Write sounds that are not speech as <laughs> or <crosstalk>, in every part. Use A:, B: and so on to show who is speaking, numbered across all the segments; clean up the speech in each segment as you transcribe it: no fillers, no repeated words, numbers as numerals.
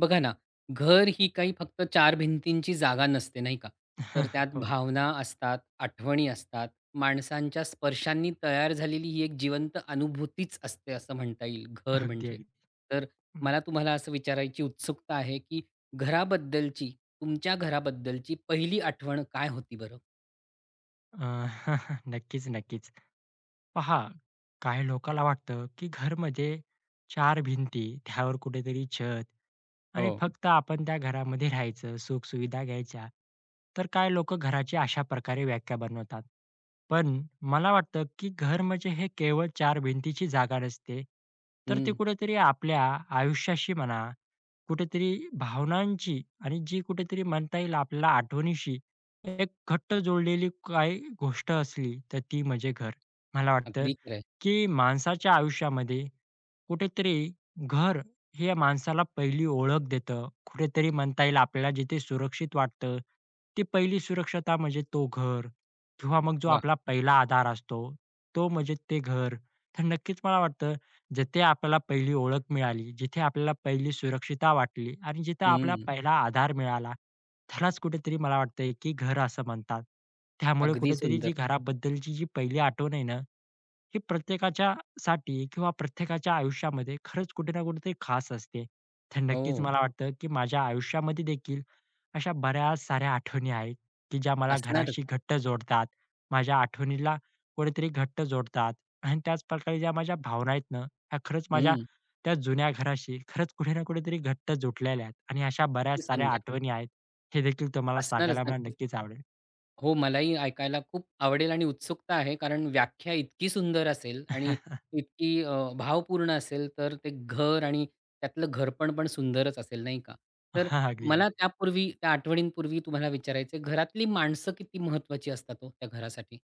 A: बघा ना, घर ही काही फक्त 4 भिंतींची जागा नसते, नाही का? तर त्यात
B: <laughs>
A: भावना असतात, आठवणी असतात, माणसांच्या स्पर्शांनी तयार झालेली ही एक जिवंत अनुभूतीच असते, असं म्हणता येईल घर म्हणजे. तर मला तुम्हाला असं विचारायची उत्सुकता आहे, की घराबद्दलची, तुमच्या घराबद्दलची पहिली आठवण काय होती बरं?
B: नकिस नकिस <laughs> पहा, काही लोकांना वाटतं, की घर म्हणजे चार भिंती, त्यावर कुठेतरी छत आणि
A: हो.
B: फक्त आपण त्या घरामध्ये राहायचं, सुखसुविधा घ्यायच्या. तर काही लोकं घराची अशा प्रकारे व्याख्या बनवतात. पण मला वाटतं, की घर म्हणजे हे केवळ 4 भिंतीची जागा नसते, तर ते
A: हं.
B: कुठेतरी आपल्या आयुष्याशी म्हणा, कुठेतरी भावनांची आणि जी कुठेतरी म्हणता येईल आपल्याला आठवणीशी एक घट्ट जोडलेली काही गोष्ट असली, तर ती म्हणजे घर. मला वाटतं,
A: अगदी खरं आहे.
B: की माणसाच्या आयुष्यामध्ये कुठेतरी घर हे या माणसाला पहिली ओळख देतं. कुठेतरी म्हणता येईल आपल्याला जिथे सुरक्षित वाटतं, ती पहिली सुरक्षता म्हणजे तो घर किंवा मग जो
A: वाह!
B: आपला पहिला आधार असतो, तो म्हणजे ते घर. तर नक्कीच मला वाटतं, जिथे आपल्याला पहिली ओळख मिळाली, जिथे आपल्याला पहिली सुरक्षितता वाटली आणि जिथं आपला पहिला आधार मिळाला, त्यालाच कुठेतरी मला वाटतंय की घर असं म्हणतात. त्यामुळे
A: अगदी
B: कुठेतरी जी
A: सुंदर.
B: घराबद्दलची जी पहिली आठवण आहे ना, ही प्रत्येकाच्या साठी किंवा प्रत्येकाच्या आयुष्यामध्ये खरंच कुठे ना कुठेतरी खास असते. तर नक्कीच
A: हो.
B: मला हो. वाटतं, की माझ्या आयुष्यामध्ये देखील अशा बऱ्याच साऱ्या आठवणी आहेत, की ज्या मला
A: असणारच.
B: घराशी घट्ट जोडतात. माझ्या आठवणीला कुठेतरी घट्ट जोडतात आणि त्याचप्रकारे ज्या माझ्या भावना आहेत ना, ह्या खरंच माझ्या
A: हं.
B: त्या जुन्या घराशी खरंच कुठे ना कुठेतरी घट्ट जुडलेल्या आहेत आणि अशा
A: किती
B: बऱ्याच साऱ्या
A: सुंदर.
B: आठवणी आहेत. हे देखील तुम्हाला
A: असणारच
B: सांगायला मला
A: नक्कीच.
B: नक्कीच आवडेल.
A: हो, मलाही ऐकायला खूप आवडेल आणि उत्सुकता आहे. कारण व्याख्या इतकी सुंदर असेल आणि
B: <laughs>
A: इतकी भावपूर्ण असेल, तर ते घर आणि त्यातलं घरपण पण सुंदरच असेल, नाही का? तर
B: हां, अगदी. अगदी.
A: मला त्यापूर्वी त्या आठवणींपूर्वी तुम्हाला विचारायचं आहे, घरातली माणसं किती महत्वाची असतात हो त्या घरासाठी?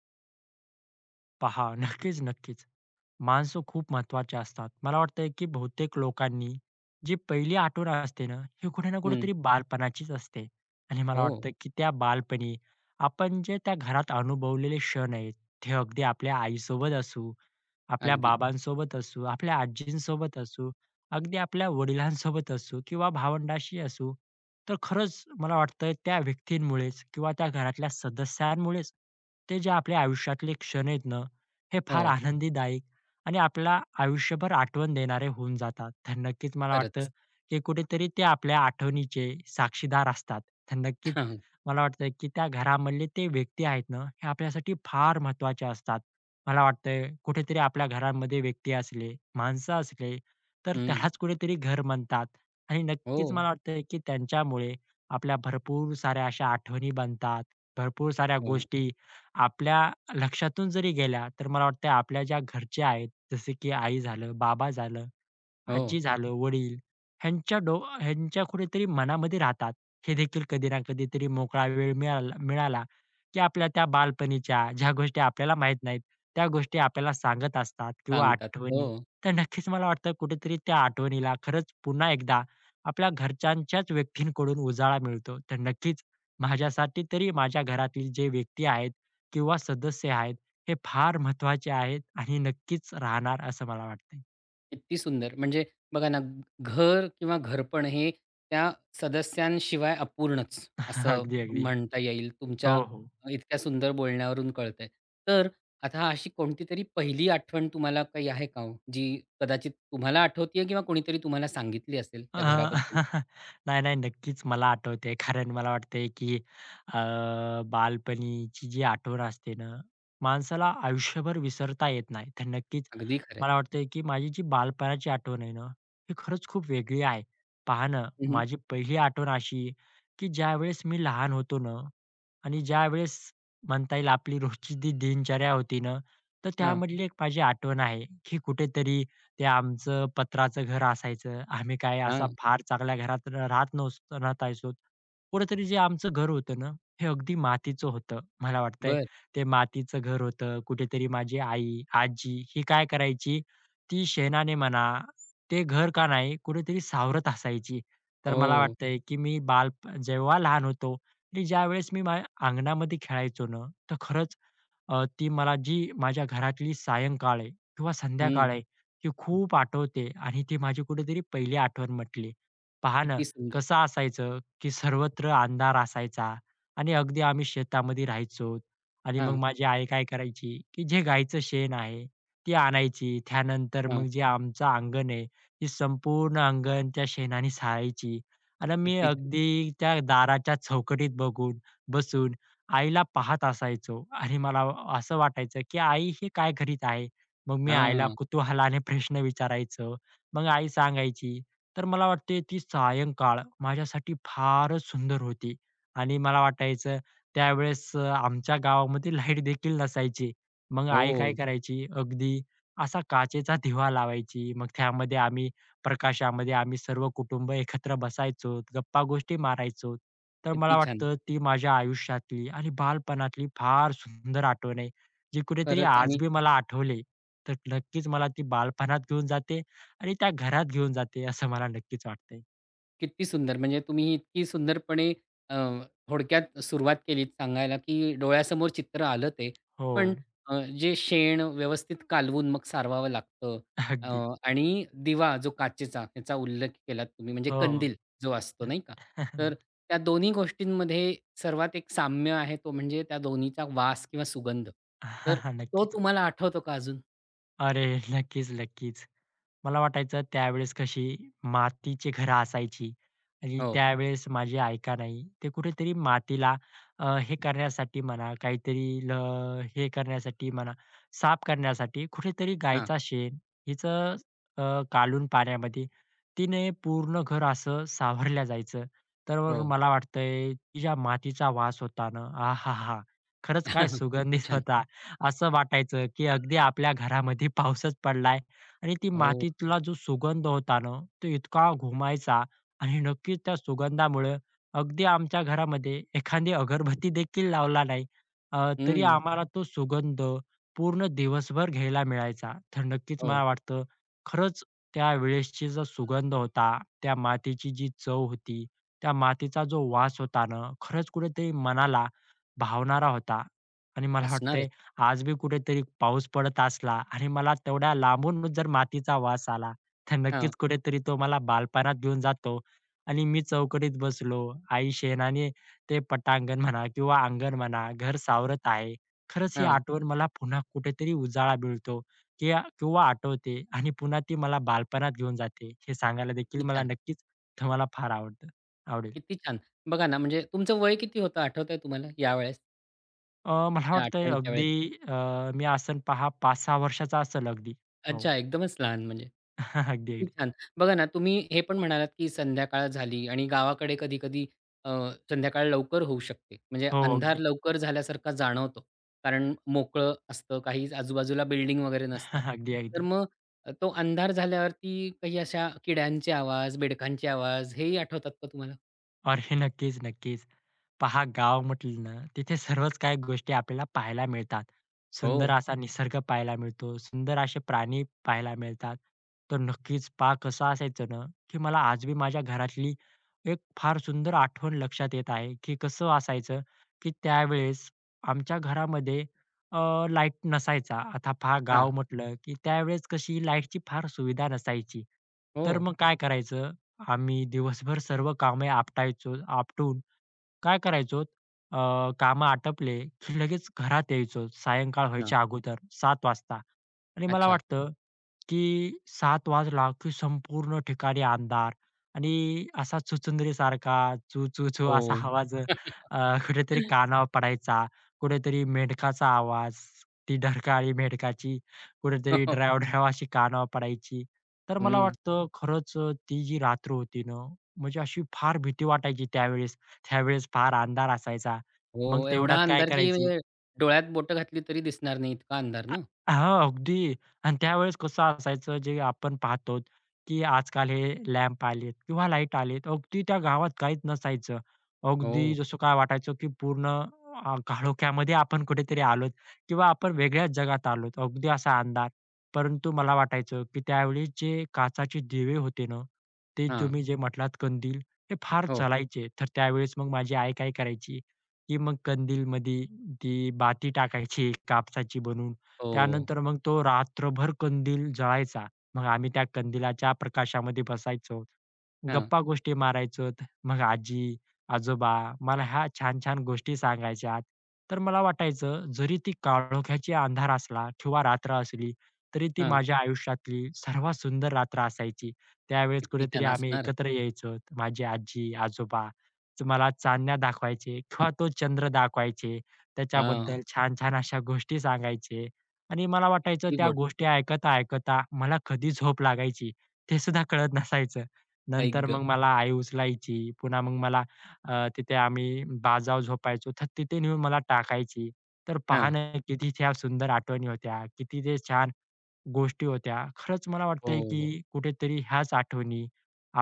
B: पहा, नक्कीच, नक्कीच. माणसं खूप महत्त्वाचे असतात. मला वाटतंय, की बहुतेक लोकांनी जी पहिली आठवण असते ना, ही कुठे ना
A: हं.
B: कुठेतरी बालपणाचीच असते. आणि मला
A: हो,
B: वाटतं, की त्या बालपणी आपण जे त्या घरात अनुभवलेले क्षण आहेत, ते अगदी आपल्या आईसोबत असू, आपल्या
A: अगदी.
B: बाबांसोबत असू, आपल्या आजींसोबत असू, अगदी आपल्या वडिलांसोबत असू किंवा भावंडाशी असू. तर खरंच मला वाटतं त्या व्यक्तींमुळेच किंवा त्या घरातल्या सदस्यांमुळेच ते जे आपल्या आयुष्यातले क्षण आहेत ना, हे फार
A: हो,
B: आनंदीदायी आणि आपल्याला आयुष्यभर आठवण देणारे होऊन जातात. तर नक्कीच मला वाटतं,
A: खरंच.
B: की कुठेतरी ते आपल्या आठवणीचे साक्षीदार असतात. तर नक्कीच
A: <laughs>
B: मला वाटतं, की त्या घरामधले ते व्यक्ती आहेत ना, हे आपल्यासाठी फार महत्त्वाचे असतात. मला वाटतंय कुठेतरी आपल्या घरामध्ये व्यक्ती असले, माणसं असले, तर
A: हं.
B: त्यालाच कुठेतरी घर म्हणतात. आणि
A: हो,
B: नक्कीच मला वाटतं, की त्यांच्यामुळे आपल्या भरपूर साऱ्या अशा आठवणी बनतात. भरपूर साऱ्या
A: हो,
B: गोष्टी आपल्या लक्षातून जरी गेल्या, तर मला वाटतं आपल्या ज्या घरच्या आहेत, जसे की आई झालं, बाबा झालं, आजी
A: हो.
B: झालं, वडील ह्यांच्या कुठेतरी मनामध्ये राहतात. हे देखील कधी ना कधीतरी मोकळा वेळ मिळाला मिळाला, की आपल्या त्या बालपणीच्या ज्या गोष्टी आपल्याला माहीत नाहीत, त्या गोष्टी आपल्याला सांगत असतात किंवा
A: सांगतात. हो.
B: आठवणी. तर नक्कीच मला वाटतं कुठेतरी त्या आठवणीला खरंच पुन्हा एकदा आपल्या घरच्यांच्याच व्यक्तींकडून उजाळा मिळतो. तर नक्कीच माझ्यासाठी तरी माझ्या घरातील जे व्यक्ती आहेत किंवा सदस्य आहेत, हे फार महत्त्वाचे आहेत आणि नक्कीच राहणार असं मला वाटतंय.
A: किती सुंदर! म्हणजे बघा ना, घर किंवा घरपण हे त्या सदस्यांशिवाय अपूर्णच,
B: <laughs>
A: असं
B: अगदी, अगदी.
A: म्हणता येईल. तुमच्या
B: हो, हो.
A: इतक्या सुंदर बोलण्यावरून कळतंय. तर आता अशी कोणती तरी पहिली आठवण तुम्हाला काही आहे का हो? जी कदाचित तुम्हाला आठवतीये किंवा कोणीतरी तुम्हाला सांगितली असेल
B: अ,
A: त्या घराबद्दल?
B: <laughs> नाही, नाही. नक्कीच मला आठवतंय. कारण मला वाटतंय, की अ, बालपणीची जी आठवण असते ना, माणसाला आयुष्यभर विसरता येत नाही. तर नक्कीच
A: अगदी खरं आहे.
B: मला वाटतंय, की माझी जी बालपणाची आठवण आहे ना, ही खरंच खूप वेगळी आहे. पहा ना,
A: हं, हं.
B: माझी पहिली आठवण अशी, की ज्यावेळेस मी लहान होतो ना आणि ज्यावेळेस म्हणता येईल आपली रोजची जी दिनचर्या होती ना, तर
A: हां,
B: त्यामधली एक माझी आठवण आहे, ही कुठेतरी ते आमचं पत्र्याचं घर असायचं. आम्ही काय असा फार चांगल्या घरात र राहत नवस राहतायचो. कुठेतरी जे आमचं घर होतं ना, हे अगदी मातीचं होतं. मला वाटतंय ते मातीचं घर होतं. कुठेतरी माझी आई, आजी ही काय करायची, ती शेणाने म्हणा, ते घर का नाही कुठेतरी सावरत असायची. तर मला
A: हो.
B: वाटतंय, की मी जेव्हा लहान होतो आणि ज्यावेळेस मी माझ्या अंगणामध्ये खेळायचो ना, तर खरंच ती मला जी माझ्या घरातली सायंकाळ आहे किंवा संध्याकाळ
A: हं.
B: आहे, ती खूप आठवते आणि ती माझी कुठेतरी पहिली आठवण म्हटली. पहा ना,
A: किती सुंदर.
B: कसं असायचं, की सर्वत्र अंधार असायचा आणि अगदी आम्ही शेतामध्ये राहायचो आणि मग
A: हां,
B: माझी आई काय करायची, की जे गाईचं शेण आहे ती आणायची. त्यानंतर मग
A: हां.
B: जे आमचं अंगण आहे, ती संपूर्ण अंगण त्या शेणाने सारायची आणि मी
A: किती छान.
B: अगदी त्या दाराच्या चौकटीत बघून बसून आईला पाहत असायचो आणि मला असं वाटायचं, की आई हे काय करीत आहे? मग मी आईला
A: हां.
B: कुतूहलाने <laughs> प्रश्न विचारायचो. मग आई सांगायची. तर मला वाटते ती सायंकाळ माझ्यासाठी फारच सुंदर होती आणि मला वाटायचं त्यावेळेस आमच्या गावामध्ये लाईट देखील नसायची. मग आई काय
A: हो.
B: करायची अगदी असा काचेचा दिवा लावायची. मग त्यामध्ये आम्ही प्रकाशामध्ये आम्ही सर्व कुटुंब एकत्र बसायचो, गप्पा-गोष्टी मारायचो. तर मला
A: किती छान.
B: वाटतं ती माझ्या आयुष्यातली आणि बालपणातली फार सुंदर आठवण आहे. जे कुठेतरी
A: खरंच
B: आज
A: आणि
B: बी मला आठवले, तर नक्कीच मला ती बालपणात घेऊन जाते आणि त्या घरात घेऊन जाते असं मला नक्कीच वाटतंय.
A: किती सुंदर! म्हणजे तुम्ही इतकी सुंदरपणे अ, थोडक्यात सुरुवात केलीत सांगायला, की डोळ्यासमोर चित्र आलं ते.
B: हो,
A: पण जे शेण व्यवस्थित कालवून मग सारवावं लागतं अ,
B: अगदी.
A: आणि दिवा जो काचेचा ह्याचा उल्लेख केलात तुम्ही म्हणजे
B: हो.
A: कंदील जो असतो नाही का?
B: <laughs>
A: तर
B: नक्की.
A: त्या दोन्ही गोष्टींमध्ये सर्वात एक साम्य आहे तो म्हणजे त्या दोन्हीचा वास किंवा सुगंध.
B: हां,
A: तर
B: हां.
A: तो
B: नक्कीच.
A: तुम्हाला आठवतो का अजून?
B: अरे! नक्कीच, नक्कीच. मला वाटायचं त्यावेळेस कशी मातीची घरं असायची आणि
A: हो.
B: त्यावेळेस माझी ऐका नाही, ते कुठेतरी मातीला हे करण्यासाठी म्हणा, काहीतरी ल हे करण्यासाठी म्हणा, साफ करण्यासाठी कुठेतरी
A: हां.
B: गायचा शेण हिचं अ, कालवून पाण्यामध्ये तिने पूर्ण घर असं सावरलं जायचं. तर
A: हो.
B: मला वाटतंय, की मातीचा वास होता ना, आहाहा! खरंच काय
A: <laughs> किती
B: सुगंधित
A: छान.
B: होता. असं वाटायचं, की अगदी आपल्या घरामध्ये पाऊसच पडलाय आणि ती
A: हो.
B: मातीतला जो सुगंध होता ना, तो इतका घुमायचा आणि नक्कीच त्या सुगंधामुळं अगदी आमच्या घरामध्ये एखादी अगरबत्ती देखील लावला नाही, तरी
A: हं.
B: आम्हाला तो सुगंध पूर्ण दिवसभर घ्यायला मिळायचा. तर नक्कीच मला
A: हो.
B: वाटतं खरंच त्यावेळेसची जो सुगंध होता, त्या मातीची जी चव होती, त्या मातीचा जो वास होता ना, खरंच कुठेतरी मनाला भावणारा होता आणि मला वाटतंय
A: असणारच.
B: आज बी कुठेतरी पाऊस पडत असला आणि मला तेवढ्या लांबून जर मातीचा वास आला, तर
A: हां.
B: नक्कीच कुठेतरी तो मला बालपणात घेऊन जातो आणि मी चौकटीत बसलो. आई शेणाने ते पटांगण म्हणा किंवा अंगण म्हणा, घर सावरत आहे. खरंच ही
A: हां.
B: आठवण मला पुन्हा कुठेतरी उजाळा मिळतो की किंवा आठवते आणि पुन्हा ती मला बालपणात घेऊन जाते. हे सांगायला देखील
A: किती
B: मला
A: छान,
B: नक्कीच तुम्हाला फार आवडेल.
A: किती छान. बघा ना, म्हणजे तुमचं वय किती होतं आठवतंय तुम्हाला यावेळेस,
B: मला
A: या
B: वाटतंय
A: आठवणीच्या
B: अगदी
A: वेळेस?
B: मी असेन पहा 5-6 वर्षाचा असेल अगदी. हो.
A: अच्छा, एकदमच लहान म्हणजे.
B: हां, हां. अगदी,
A: किती
B: अगदी.
A: छान. बघा ना, तुम्ही हे पण म्हणालात, की संध्याकाळ झाली आणि गावाकडे कधी-कधी अ, संध्याकाळ लवकर होऊ शकते. म्हणजे
B: हो,
A: अंधार
B: अगदी.
A: लवकर झाल्यासारखा जाणवतो. कारण मोकळं असतं, काही आजूबाजूला बिल्डिंग वगैरे
B: हां,
A: नसतात.
B: हां. अगदी,
A: तर
B: अगदी.
A: मग तो अंधार झाल्यावरती काही अशा किड्यांचे आवाज, बेडकांचे आवाज हेही आठवतात का तुम्हाला?
B: अरे नक्कीच, नक्कीच. पहा गाव म्हटलं ना, तिथे सर्वच काही गोष्टी आपल्याला पाहायला मिळतात.
A: हो.
B: सुंदर असा निसर्ग पाहायला मिळतो, सुंदर असे प्राणी पाहायला मिळतात. तर नक्कीच पहा कसं असायचं ना, की मला आजबी माझ्या घरातली एक फार सुंदर आठवण लक्षात येत आहे, की कसं असायचं, की त्यावेळेस आमच्या घरामध्ये अ, लाईट नसायचा. आता पहा गाव
A: हां.
B: म्हटलं, की त्यावेळेस कशी लाईटची फार सुविधा नसायची.
A: हो.
B: तर मग काय करायचं, आम्ही दिवसभर सर्व कामे आपटायचो, आपटून काय करायचो अ, कामं आटपले, की लगेच घरात यायचो सायंकाळ
A: हां.
B: व्हायच्या अगोदर 7 वाजता आणि मला
A: अच्छा.
B: वाटतं, की सात वाजला, की संपूर्ण ठिकाणी अंधार आणि असा चुचुंदरीसारखा चू, चू, चू
A: हो.
B: असा आवाज कुठेतरी कानावर पडायचा. कुठेतरी मेंढकाचा आवाज, ती डरकाळी मेंढकाची कुठेतरी
A: <laughs>
B: ड्र्याव-ड्र्याव अशी कानावर पडायची. तर मला
A: हं.
B: वाटतं खरंच ती जी रात्र होती ना, म्हणजे अशी फार भीती वाटायची त्यावेळेस. त्यावेळेस फार अंधार असायचा. मग
A: हो,
B: तेवढ्यात
A: एवढा
B: काय
A: अंधार की
B: करायची,
A: म्हणजे डोळ्यात बोटं घातली तरी दिसणार नाही इतका अंधार
B: आ
A: ना.
B: हां, अगदी. आणि त्यावेळेस कसं असायचं जे आपण पाहतो, की आजकाल हे लॅम्प आलेत किंवा लाईट आलेत. अगदी त्या गावात काहीच नसायचं. अगदी
A: हो.
B: जसं काय वाटायचं, की पूर्ण काळोख्यामध्ये आपण कुठेतरी आलोत किंवा आपण वेगळ्याच जगात आलोत. अगदी असा अंधार. परंतु मला वाटायचं, की त्यावेळी जे काचाचे दिवे होते ना, ते
A: हां.
B: तुम्ही जे म्हटलात कंदील, हे फार
A: हो.
B: चालायचे. तर त्यावेळेस मग माझी आई काय करायची, की मग कंदीलमध्ये ती बाती टाकायची कापसाची बनवून
A: हो.
B: त्यानंतर मग तो रात्रभर कंदील जळायचा. मग आम्ही त्या कंदिलाच्या प्रकाशामध्ये बसायचो.
A: हां,
B: गप्पा-गोष्टी मारायचो. मग आजी, आजोबा मला ह्या छान-छान गोष्टी सांगायच्या. तर मला वाटायचं जरी ती काळोख्याची अंधार असला किंवा रात्र असली, तरी ती
A: हां.
B: माझ्या आयुष्यातली सर्वात सुंदर रात्र असायची. त्यावेळेस
A: किती
B: कुठेतरी
A: छान
B: आम्ही
A: असणार.
B: एकत्र यायचो. माझी आजी, आजोबा मला चांदण्या दाखवायचे किंवा तो चंद्र दाखवायचे.
A: हां,
B: त्याच्याबद्दल छान-छान अशा गोष्टी सांगायचे. आणि मला वाटायचं
A: किती
B: त्या
A: गोड.
B: गोष्टी ऐकता-ऐकता मला कधी झोप लागायची ते सुद्धा कळत नसायचं.
A: आई
B: नंतर
A: गं!
B: मग मला आई उचलायची. पुन्हा मग मला तिथे आम्ही बाजावर झोपायचो तर तिथे नेऊन मला टाकायची. तर पहा
A: हां.
B: ना, किती त्या सुंदर आठवणी होत्या. किती ते छान गोष्टी होत्या. खरंच मला वाटतंय,
A: हो,
B: की कुठेतरी ह्याच आठवणी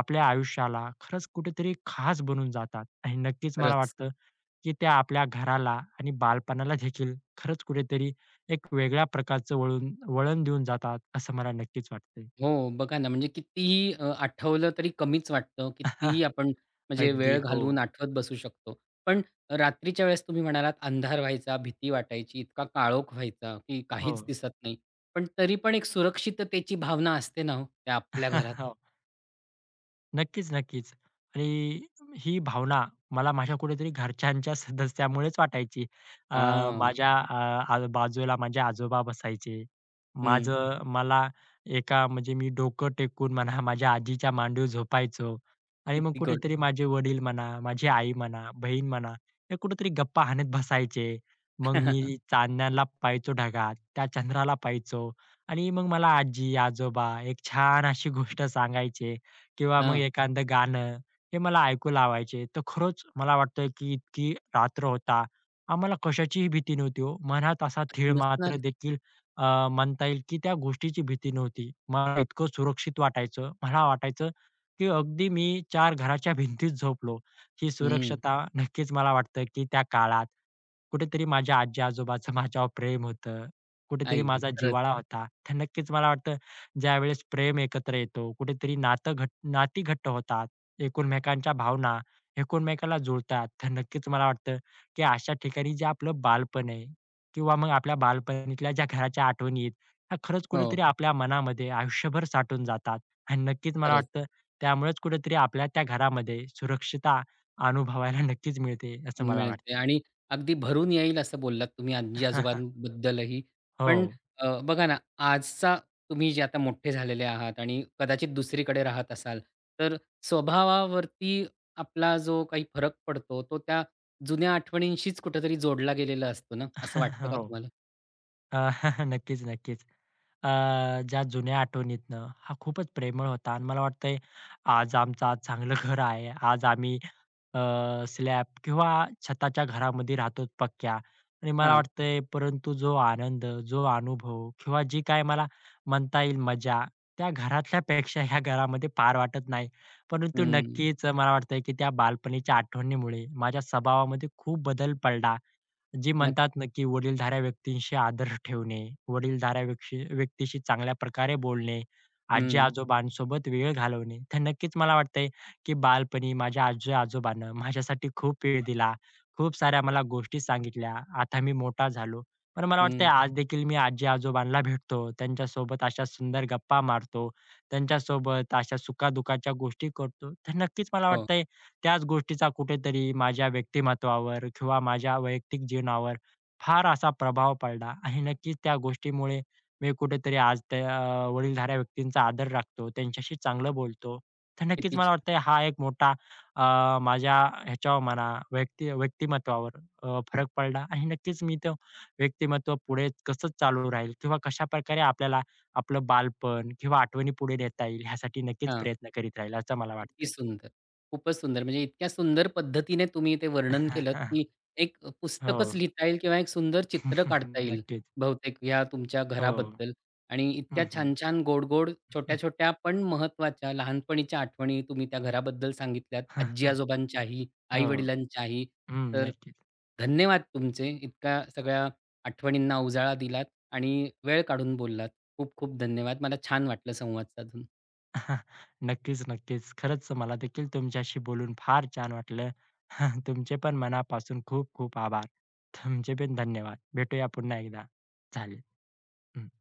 B: आपल्या आयुष्याला खरंच कुठेतरी खास बनून जातात आणि नक्कीच मला
A: खरंच.
B: वाटतं, की त्या आपल्या घराला आणि बालपणाला देखील खरंच कुठेतरी एक वेगळ्या प्रकारचं वळण देऊन जातात, असं मला नक्कीच वाटतंय.
A: हो, बघा ना, म्हणजे कितीही आठवलं तरी कमीच वाटतं. कितीही
B: <laughs>
A: आपण म्हणजे
B: अगदी.
A: वेळ
B: हो.
A: घालवून आठवत बसू शकतो. पण रात्रीच्या वेळेस तुम्ही म्हणालात अंधार व्हायचा, भीती वाटायची, इतका काळोख व्हायचा, की
B: हो.
A: काहीच दिसत नाही. पण तरी पण एक सुरक्षिततेची भावना असते ना हो, त्या आपल्या घरात.
B: <laughs> नक्कीच, नक्कीच. आणि ही भावना मला माझ्या कुठेतरी घरच्यांच्या सदस्यामुळेच वाटायची. अ,
A: हां,
B: माझ्या बाजूला माझे आजोबा बसायचे.
A: हं,
B: मला एका म्हणजे मी डोकं टेकून म्हणा, माझ्या आजीच्या मांडीवर झोपायचो आणि मग
A: किती गोड.
B: कुठेतरी माझे वडील म्हणा, माझी आई म्हणा, बहीण म्हणा, हे कुठेतरी गप्पा हाणत बसायचे. मग मी
A: <laughs>
B: चांदण्याला पाहायचो ढगात, त्या चंद्राला पाहायचो आणि मग मला आजी, आजोबा एक छान अशी गोष्ट सांगायचे. किंवा मग
A: हां,
B: एखादं गाणं हे मला ऐकू लावायचे. तर खरंच मला वाटतं, की इतकी रात्र होता, आम्हाला कशाचीही भीती नव्हती हो. मनात असा थीळ मात्र
A: नसणार.
B: देखील म्हणता येईल, की त्या गोष्टीची भीती नव्हती. मला इतकं सुरक्षित वाटायचं. मला वाटायचं, की अगदी मी चार घराच्या <laughs> भिंतीत झोपलो. ही
A: हं,
B: सुरक्षता नक्कीच मला वाटतं, की त्या काळात कुठेतरी माझ्या आजी-आजोबाचं <laughs> माझ्यावर प्रेम होतं. कुठेतरी
A: आई गं!
B: माझा
A: खरंच.
B: जिव्हाळा होता. तर नक्कीच मला वाटतं ज्यावेळेस प्रेम एकत्र येतो, कुठेतरी नातं घट नाती घट्ट होतात, एकमेकांच्या भावना एकमेकाला जुळतात. तर नक्कीच मला वाटतं, की अशा ठिकाणी जे आपलं बालपण आहे किंवा मग आपल्या बालपणीतल्या ज्या घराच्या आठवणी आहेत, ह्या खरंच
A: हो,
B: कुठेतरी आपल्या मनामध्ये आयुष्यभर साठून जातात. आणि नक्कीच मला
A: खरंच.
B: वाटतं, त्यामुळेच कुठेतरी आपल्या त्या घरामध्ये सुरक्षितता अनुभवायला नक्कीच मिळते, असं मला
A: मिळते
B: वाटतंय.
A: आणि अगदी भरून येईल असं बोललात तुम्ही
B: <laughs>
A: आजी-आजोबांबद्दलही. पण
B: हो.
A: बघा ना, आजचा तुम्ही जे आता मोठे झालेले आहात आणि कदाचित दुसरीकडे राहत असाल, तर स्वभावावरती आपला जो काही फरक पडतो, तो त्या जुन्या आठवणींशीच कुठेतरी जोडला गेलेला असतो ना, असं
B: <laughs>
A: वाटतं का
B: हो.
A: तुम्हाला?
B: अ, <laughs> नक्कीच, नक्कीच. अ, ज्या जुन्या आठवणीतनं हा खूपच प्रेमळ होता आणि मला वाटतंय आज चांगलं <laughs> घर आहे. आज आम्ही अ, स्लॅब किंवा छताच्या घरामध्ये राहतो पक्क्या आणि मला
A: हां.
B: वाटतंय परंतु जो आनंद, जो अनुभव किंवा जी काय मला म्हणता येईल मजा त्या घरातल्यापेक्षा ह्या घरामध्ये पार वाटत नाही. परंतु
A: हं.
B: नक्कीच मला वाटतंय की त्या बालपणीच्या आठवणीमुळे माझ्या स्वभावामध्ये खूप बदल पडला. जी
A: नक्क
B: म्हणतात ना, की वडीलधाऱ्या व्यक्तींशी आदर ठेवणे, वडीलधाऱ्या व्यक्शी व्यक्तीशी चांगल्या प्रकारे बोलणे,
A: हं,
B: आजी-आजोबांसोबत वेळ घालवणे. तर नक्कीच मला वाटतंय, की बालपणी माझ्या आजी-आजोबानं माझ्यासाठी खूप वेळ दिला. खूप साऱ्या मला गोष्टी सांगितल्या. आता मी मोठा झालो. पण मला वाटतंय
A: हं.
B: आज देखील मी आजी-आजोबांना भेटतो. त्यांच्यासोबत अशा सुंदर गप्पा मारतो. त्यांच्यासोबत अशा सुखा गोष्टी करतो. तर नक्कीच मला
A: हो.
B: वाटतंय त्याच गोष्टीचा कुठेतरी माझ्या व्यक्तिमत्त्वावर किंवा माझ्या वैयक्तिक जीवनावर फार असा प्रभाव पडला आणि नक्कीच त्या गोष्टीमुळे मी कुठेतरी आज त्या वडीलधाऱ्या व्यक्तींचा आदर राखतो, त्यांच्याशी चांगलं बोलतो. तर नक्कीच
A: किती
B: मला
A: छान.
B: वाटतंय हा एक मोठा माझ्या ह्याच्यावर म्हणा व्यक्ती व्यक्तिमत्त्वावर फरक पडला आणि नक्कीच मी तो व्यक्तिमत्त्व पुढे कसं चालू राहील किंवा कशाप्रकारे आपल्याला आपलं बालपण किंवा आठवणी पुढे नेता येईल ह्यासाठी नक्कीच प्रयत्न करीत राहील असं मला
A: किती
B: वाटतंय.
A: सुंदर! खूपच सुंदर. म्हणजे इतक्या सुंदर पद्धतीने तुम्ही ते वर्णन केलंत, की
B: <laughs>
A: एक
B: हो.
A: पुस्तकच लिहिता येईल किंवा एक सुंदर चित्र काढता
B: <laughs>
A: येईल
B: नक्कीच.
A: बहुतेक ह्या तुमच्या
B: हो.
A: घराबद्दल आणि
B: हं,
A: इतक्या
B: हं.
A: छान-छान, गोड-गोड,
B: हं.
A: छोट्या-छोट्या पण महत्वाच्या लहानपणीच्या आठवणी तुम्ही त्या घराबद्दल सांगितल्यात.
B: <laughs>
A: आजी-आजोबांच्याही,
B: हो.
A: आई-वडिलांच्याही.
B: हं,
A: तर
B: नक्कीच.
A: धन्यवाद तुमचे. इतक्या सगळ्या आठवणींना उजाळा दिलात आणि वेळ काढून बोललात. खूप खूप धन्यवाद. मला छान वाटलं संवाद साधून.
B: <laughs> नक्कीच, नक्कीच. खरंच मला देखील तुमच्याशी बोलून फार छान वाटलं. <laughs> तुमचे पण मनापासून खूप खूप आभार. तुमचे पण धन्यवाद. भेटूया पुन्हा एकदा. चालेल. हं.